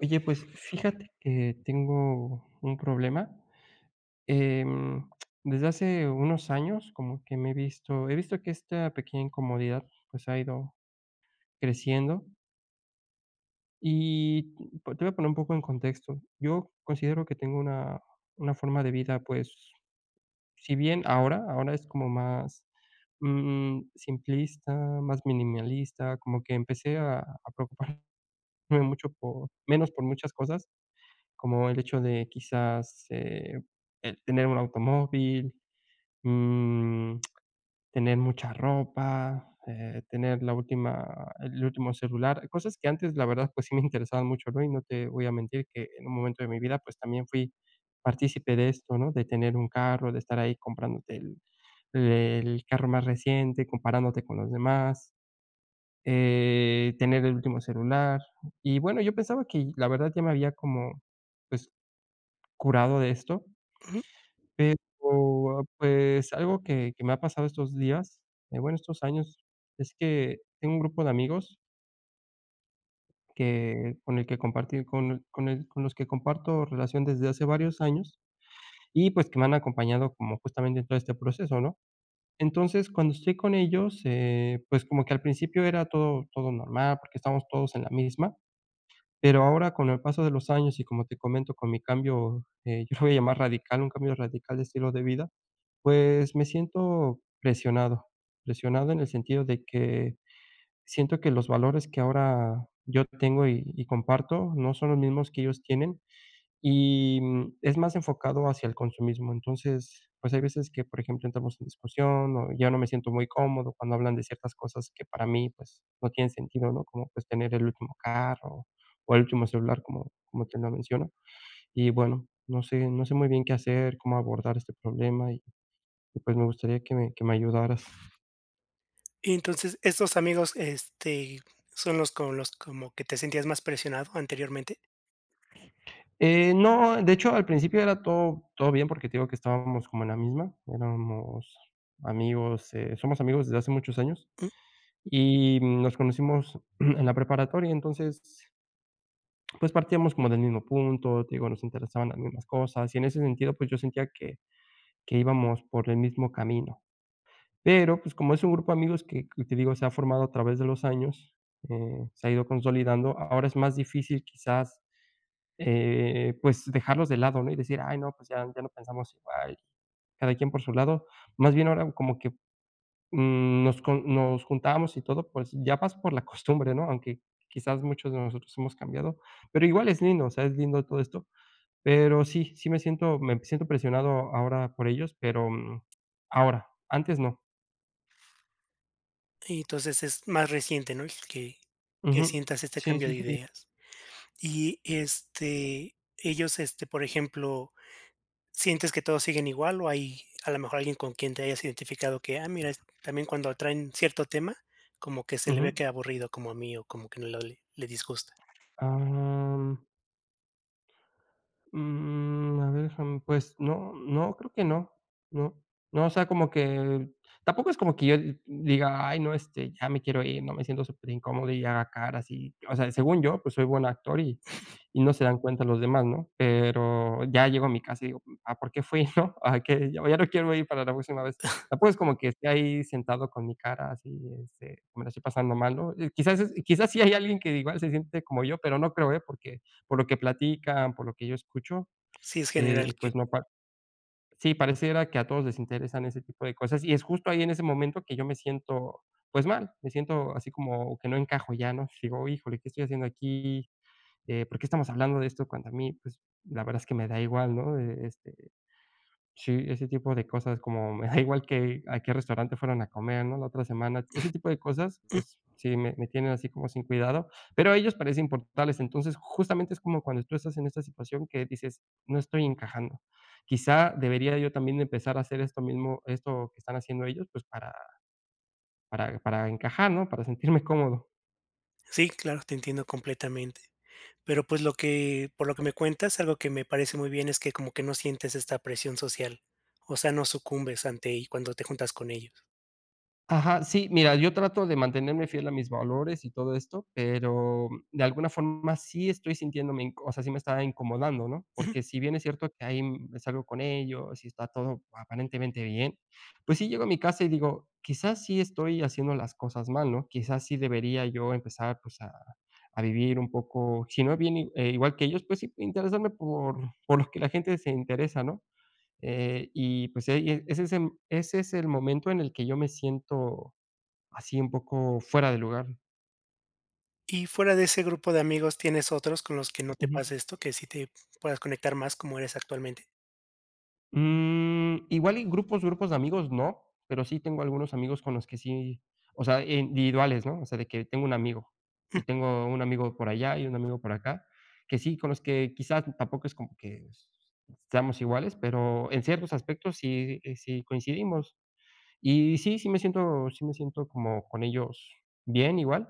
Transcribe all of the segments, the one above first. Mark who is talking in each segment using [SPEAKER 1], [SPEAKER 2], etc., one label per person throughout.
[SPEAKER 1] Oye, pues fíjate que tengo un problema. Em, Desde hace unos años, como que he visto que esta pequeña incomodidad pues ha ido creciendo y te voy a poner un poco en contexto. Yo considero que tengo una forma de vida, pues, si bien ahora es como más simplista, más minimalista, como que empecé a preocuparme mucho por, menos por muchas cosas, como el hecho de quizás, el tener un automóvil, mm, tener mucha ropa, tener la última el último celular, cosas que antes, la verdad, pues sí me interesaban mucho, ¿no? Y no te voy a mentir que en un momento de mi vida, pues también fui partícipe de esto, ¿no? De tener un carro, de estar ahí comprándote el carro más reciente, comparándote con los demás, tener el último celular. Y bueno, yo pensaba que la verdad ya me había como, pues, curado de esto,
[SPEAKER 2] Ujú.
[SPEAKER 1] pero, ah, pues, algo que me ha pasado estos días, bueno, estos años, es que tengo un grupo de amigos que con el que compartí con el- con el con los que comparto relación desde hace varios años y, pues, que me han acompañado como justamente en todo este proceso, ¿no? Entonces, cuando estoy con ellos, pues, como que al principio era todo normal, porque estábamos todos en la misma. Pero ahora con el paso de los años y como te comento, con mi cambio, yo lo voy a llamar radical, un cambio radical de estilo de vida, pues me siento presionado en el sentido de que siento que los valores que ahora yo tengo y comparto no son los mismos que ellos tienen. Y, es más enfocado hacia el consumismo. Entonces, pues, hay veces que, por ejemplo, entramos en discusión, o ya no me siento muy cómodo cuando hablan de ciertas cosas que para mí, pues, no tienen sentido, ¿no? Como, pues, tener el último carro o el último celular, como te lo menciono. Y bueno, no sé muy bien qué hacer, cómo abordar este problema y, pues, me gustaría que me ayudaras.
[SPEAKER 2] Y entonces, estos amigos, son los con los como que te sentías más presionado anteriormente,
[SPEAKER 1] No, de hecho, al principio era todo bien, porque te digo que estábamos como en la misma, éramos amigos, somos amigos desde hace muchos años.
[SPEAKER 2] ¿mm?
[SPEAKER 1] Y nos conocimos en la preparatoria, entonces, pues, partíamos como del mismo punto, te digo, nos interesaban las mismas cosas, y en ese sentido, pues, yo sentía que íbamos por el mismo camino. Pero, pues, como es un grupo de amigos que te digo, se ha formado a través de los años, se ha ido consolidando, ahora es más difícil quizás, pues, dejarlos de lado, ¿no? Y decir: "Ay, no, pues, ya no pensamos igual, cada quien por su lado". Más bien ahora como que nos juntábamos y todo, pues, ya vas por la costumbre, ¿no? Aunque quizás muchos de nosotros hemos cambiado, pero igual es lindo, o sea, es lindo todo esto. Pero sí, me siento presionado ahora por ellos, pero, ahora, antes no.
[SPEAKER 2] Y entonces es más reciente, ¿no? El que
[SPEAKER 1] Ujú.
[SPEAKER 2] sientas este
[SPEAKER 1] Sí,
[SPEAKER 2] cambio
[SPEAKER 1] sí,
[SPEAKER 2] de
[SPEAKER 1] sí.
[SPEAKER 2] ideas. Y, ellos, por ejemplo, ¿sientes que todos siguen igual o hay a lo mejor alguien con quien te hayas identificado que, ah, mira, es también cuando traen cierto tema, como que se le ve
[SPEAKER 1] Ujú.
[SPEAKER 2] que aburrido como a mí o como que no le disgusta?
[SPEAKER 1] Am Mm, a ver, déjame, pues no, no, creo que no, no. No, o sea, como que tampoco es como que yo diga: "Ay, no, este, ya me quiero ir, no, me siento súper incómodo y haga caras", y, o sea, según yo, pues soy buen actor y no se dan cuenta los demás, ¿no? Pero ya llego a mi casa y digo: "Ah, ¿por qué fui?", ¿no? Ah, que ya no quiero ir para la próxima vez. Tampoco es como que esté ahí sentado con mi cara así, este, que me la estoy pasando mal, ¿no? Quizás sí hay alguien que igual se siente como yo, pero no creo, ¿eh? Porque por lo que platican, por lo que yo escucho,
[SPEAKER 2] Sí, es general
[SPEAKER 1] pues
[SPEAKER 2] que
[SPEAKER 1] no pa sí, pareciera que a todos les interesan ese tipo de cosas, y es justo ahí en ese momento que yo me siento, pues, mal, me siento así como que no encajo ya, ¿no? Digo: "Híjole, ¿qué estoy haciendo aquí? ¿Por qué estamos hablando de esto?", cuando a mí, pues, la verdad es que me da igual, ¿no? Sí, ese tipo de cosas, como me da igual que a qué restaurante fueron a comer, ¿no? La otra semana, ese tipo de cosas,
[SPEAKER 2] mm,
[SPEAKER 1] pues sí, me tienen así como sin cuidado, pero a ellos parece importarles. Entonces, justamente es como cuando tú estás en esta situación que dices: "No estoy encajando". Quizá debería yo también empezar a hacer esto mismo, esto que están haciendo ellos, pues para encajar, ¿no? Para sentirme cómodo.
[SPEAKER 2] sí, claro, te entiendo completamente. Pero, pues, lo que por lo que me cuentas, algo que me parece muy bien es que como que no sientes esta presión social, o sea, no sucumbes ante y cuando te juntas con ellos.
[SPEAKER 1] Ajá, sí, mira, yo trato de mantenerme fiel a mis valores y todo esto, pero de alguna forma sí estoy sintiéndome, inc o sea, sí me está incomodando, ¿no?
[SPEAKER 2] Ujú.
[SPEAKER 1] Porque si bien es cierto que ahí me salgo con ellos y está todo aparentemente bien, pues sí llego a mi casa y digo: "Quizás sí estoy haciendo las cosas mal, ¿no? Quizás sí debería yo empezar, pues, a vivir un poco, si no bien, igual que ellos, pues sí interesarme por lo que la gente se interesa", ¿no? Y pues, ese es el momento en el que yo me siento así un poco fuera de lugar.
[SPEAKER 2] Y fuera de ese grupo de amigos, ¿tienes otros con los que no te
[SPEAKER 1] Ujú.
[SPEAKER 2] pasa esto, que sí te puedas conectar más como eres actualmente?
[SPEAKER 1] Mm, igual y grupos de amigos no, pero sí tengo algunos amigos con los que sí, o sea, individuales, ¿no? O sea, de que tengo un amigo, y
[SPEAKER 2] Mm,
[SPEAKER 1] tengo un amigo por allá y un amigo por acá, que sí, con los que quizás tampoco es como que seamos iguales, pero en ciertos aspectos sí, sí coincidimos. Y sí, sí me siento como con ellos bien igual.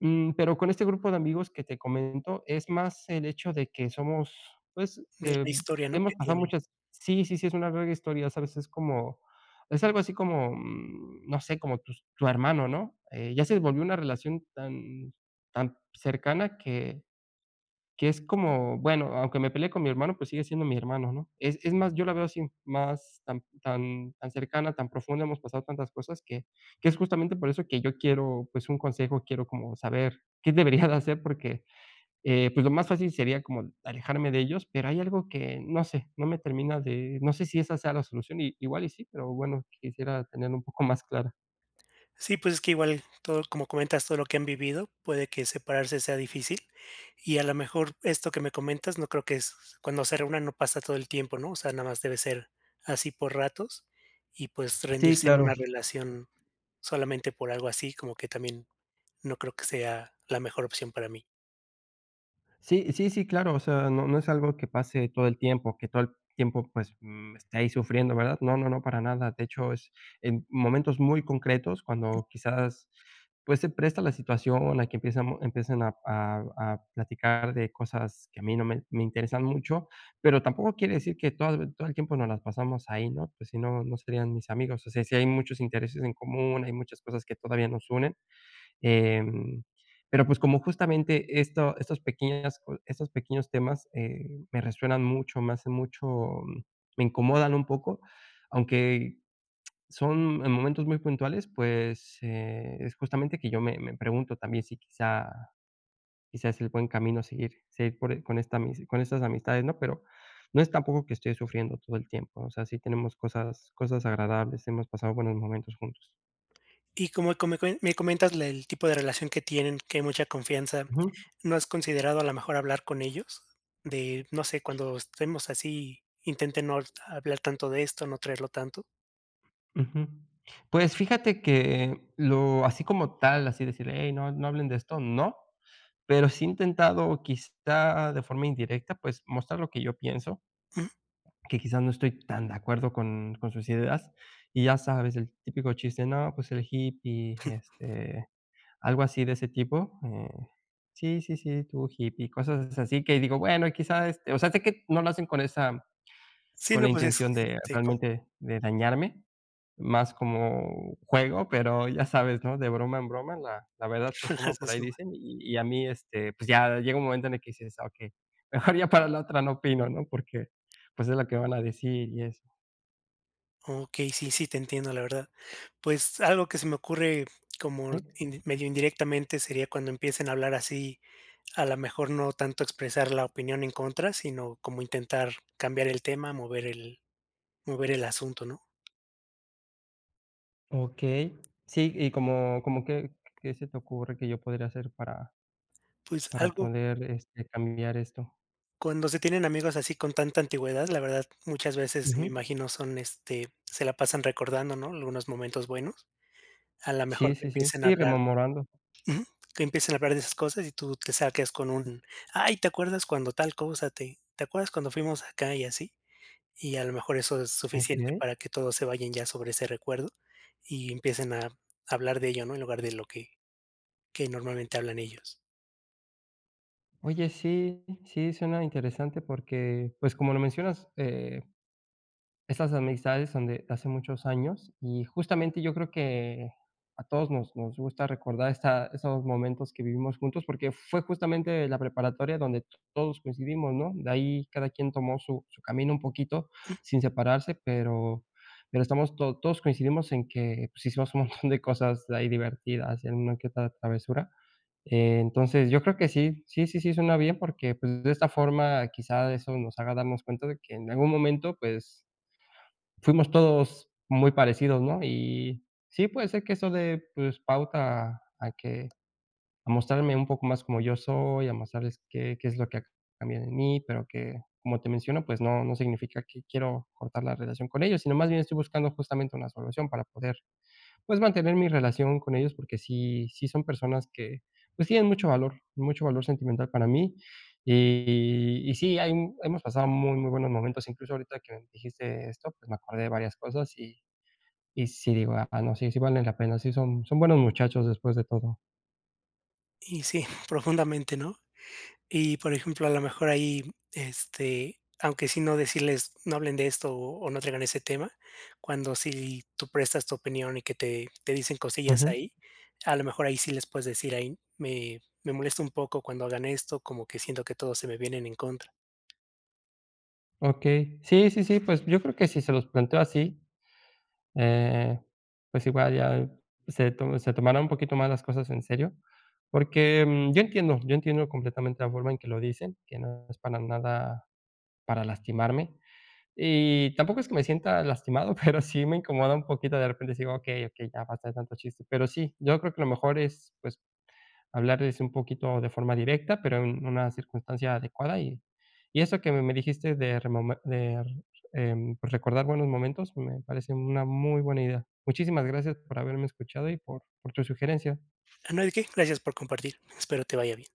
[SPEAKER 1] Mm, pero con este grupo de amigos que te comento, es más el hecho de que somos, pues,
[SPEAKER 2] de la historia, ¿no?,
[SPEAKER 1] hemos
[SPEAKER 2] que
[SPEAKER 1] pasado
[SPEAKER 2] tienen.
[SPEAKER 1] muchas sí, sí, sí, es una larga historia, ¿sabes? Es como es algo así como, mm, no sé, como tu hermano, ¿no? Ya se volvió una relación tan cercana que es como, bueno, aunque me peleé con mi hermano, pues sigue siendo mi hermano, ¿no? Es más, yo la veo así, más tan cercana, tan profunda, hemos pasado tantas cosas que es justamente por eso que yo quiero, pues, un consejo, quiero como saber qué debería de hacer porque, pues, lo más fácil sería como alejarme de ellos, pero hay algo que, no sé, no me termina de no sé si esa sea la solución, y igual y sí, pero bueno, quisiera tener un poco más clara.
[SPEAKER 2] Sí, pues es que igual todo, como comentas, todo lo que han vivido, puede que separarse sea difícil. Y a lo mejor esto que me comentas, no creo que es cuando se reúnan no pasa todo el tiempo, ¿no? O sea, nada más debe ser así por ratos, y pues
[SPEAKER 1] Sí,
[SPEAKER 2] rendirse en
[SPEAKER 1] claro.
[SPEAKER 2] una relación solamente por algo así, como que también no creo que sea la mejor opción para mí.
[SPEAKER 1] Sí, sí, sí, claro, o sea, no es algo que pase todo el tiempo, que todo el tiempo, pues, esté ahí sufriendo, ¿verdad? No, no, no, para nada. De hecho, es en momentos muy concretos cuando quizás, pues, se presta la situación a que empiecen a platicar de cosas que a mí no me interesan mucho, pero tampoco quiere decir que todo el tiempo nos las pasamos ahí, ¿no? Pues, si no, no serían mis amigos. O sea, sí hay muchos intereses en común, hay muchas cosas que todavía nos unen. Em, pero, pues, como justamente esto estos pequeñas co estos pequeños temas, me resuenan mucho, me hacen mucho me incomodan un poco, aunque son en momentos muy puntuales, pues, es justamente que yo me pregunto también si quizá es el buen camino seguir por e- con esta amis con estas amistades, ¿no? Pero no es tampoco que estoy sufriendo todo el tiempo, o sea, sí tenemos cosas agradables, hemos pasado buenos momentos juntos.
[SPEAKER 2] Y como come cuen me comentas la el tipo de relación que tienen, que hay mucha confianza, ¿no has considerado a lo mejor hablar con ellos? De, no sé, cuando estemos así, intenten no hablar tanto de esto, no traerlo tanto.
[SPEAKER 1] Ujú. Pues fíjate que lo así como tal, así decirle: "Hey, no hablen de esto", no, pero sí he intentado, quizá de forma indirecta, pues mostrar lo que yo pienso,
[SPEAKER 2] Ujú.
[SPEAKER 1] que quizás no estoy tan de acuerdo con sus ideas. Y ya sabes, el típico chiste: "No, pues el hippie", este, algo así de ese tipo, "Sí, sí, sí, tú hippie", cosas así que digo, bueno, quizás, este, o sea, sé que no lo hacen con esa
[SPEAKER 2] Sí,
[SPEAKER 1] con la
[SPEAKER 2] no, pues es,
[SPEAKER 1] intención de
[SPEAKER 2] este, como
[SPEAKER 1] realmente de dañarme, más como juego, pero ya sabes, ¿no? De broma en broma, la verdad se asoma por ahí dicen, y a mí, este, pues ya llega un momento en el que dices: "Ah, okey, mejor ya para la otra no opino", ¿no? Porque, pues, es lo que van a decir y eso.
[SPEAKER 2] Okey, sí, sí, te entiendo, la verdad. Pues, algo que se me ocurre como
[SPEAKER 1] Sí,
[SPEAKER 2] indi medio indirectamente sería cuando empiecen a hablar así, a lo mejor no tanto expresar la opinión en contra, sino como intentar cambiar el tema, mover el asunto, ¿no?
[SPEAKER 1] okey. Sí, y ¿qué se te ocurre que yo podría hacer
[SPEAKER 2] Pues
[SPEAKER 1] para
[SPEAKER 2] algo
[SPEAKER 1] poder, este, cambiar esto?
[SPEAKER 2] cuando se tienen amigos así con tanta antigüedad, la verdad, muchas veces me
[SPEAKER 1] Ujú.
[SPEAKER 2] imagino son, se la pasan recordando, ¿no?, algunos momentos buenos. A lo mejor
[SPEAKER 1] Sí,
[SPEAKER 2] que
[SPEAKER 1] sí, sí.
[SPEAKER 2] empiecen a
[SPEAKER 1] Sí,
[SPEAKER 2] hablar
[SPEAKER 1] rememorando.
[SPEAKER 2] ujú, que empiecen a hablar de esas cosas y tú te saques con un: "Ay, ¿te acuerdas cuando tal cosa? ¿Te acuerdas cuando fuimos acá?", y así. Y a lo mejor eso es suficiente
[SPEAKER 1] Okey.
[SPEAKER 2] para que todos se vayan ya sobre ese recuerdo y empiecen a hablar de ello, ¿no?, en lugar de lo que normalmente hablan ellos.
[SPEAKER 1] Oye, sí, sí, suena interesante porque, pues, como lo mencionas, eh, esas amistades son de hace muchos años y justamente yo creo que a todos nos gusta recordar esta esos momentos que vivimos juntos, porque fue justamente la preparatoria donde todos coincidimos, ¿no? De ahí cada quien tomó su camino un poquito sin separarse, pero estamos to todos coincidimos en que, pues, hicimos un montón de cosas ahí divertidas en una que otra travesura. Entonces, yo creo que sí, sí, sí, sí, suena bien porque, pues, de esta forma quizá eso nos haga darnos cuenta de que en algún momento, pues, fuimos todos muy parecidos, ¿no? Y sí, puede ser que eso de, pues, pauta a que a mostrarme un poco más como yo soy, a mostrarles qué es lo que ha cambiado en mí, pero que, como te menciono, pues no significa que quiero cortar la relación con ellos, sino más bien estoy buscando justamente una solución para poder, pues, mantener mi relación con ellos, porque sí son personas que, pues, tienen mucho valor sentimental para mí. Y sí, hay un hemos pasado muy, muy buenos momentos. Incluso ahorita que me dijiste esto, pues, me acordé de varias cosas y sí digo: "Ah, no, sí, sí valen la pena, sí son buenos muchachos después de todo".
[SPEAKER 2] Y sí, profundamente, ¿no? Y, por ejemplo, a lo mejor ahí, aunque sí no decirles: "No hablen de esto", o "No traigan ese tema", cuando sí tú prestas tu opinión y que te dicen cosillas
[SPEAKER 1] Ujú.
[SPEAKER 2] ahí, a lo mejor ahí sí les puedes decir: ahí me molesta un poco cuando hagan esto, como que siento que todos se me vienen en contra".
[SPEAKER 1] Okey. Sí, sí, sí, pues, yo creo que si se los planteo así, eh, pues igual ya se tomará un poquito más las cosas en serio, porque, mm, yo entiendo completamente la forma en que lo dicen, que no es para nada para lastimarme, y tampoco es que me sienta lastimado, pero sí me incomoda un poquito de repente, sí digo: "Okey, okey, ya basta de tanto chiste", pero sí, yo creo que lo mejor es, pues, hablarles un poquito de forma directa, pero en una circunstancia adecuada. Y eso que me dijiste de pues, recordar buenos momentos, me parece una muy buena idea. Muchísimas gracias por haberme escuchado y por tu sugerencia.
[SPEAKER 2] Ah, no hay de qué, gracias por compartir, espero te vaya bien.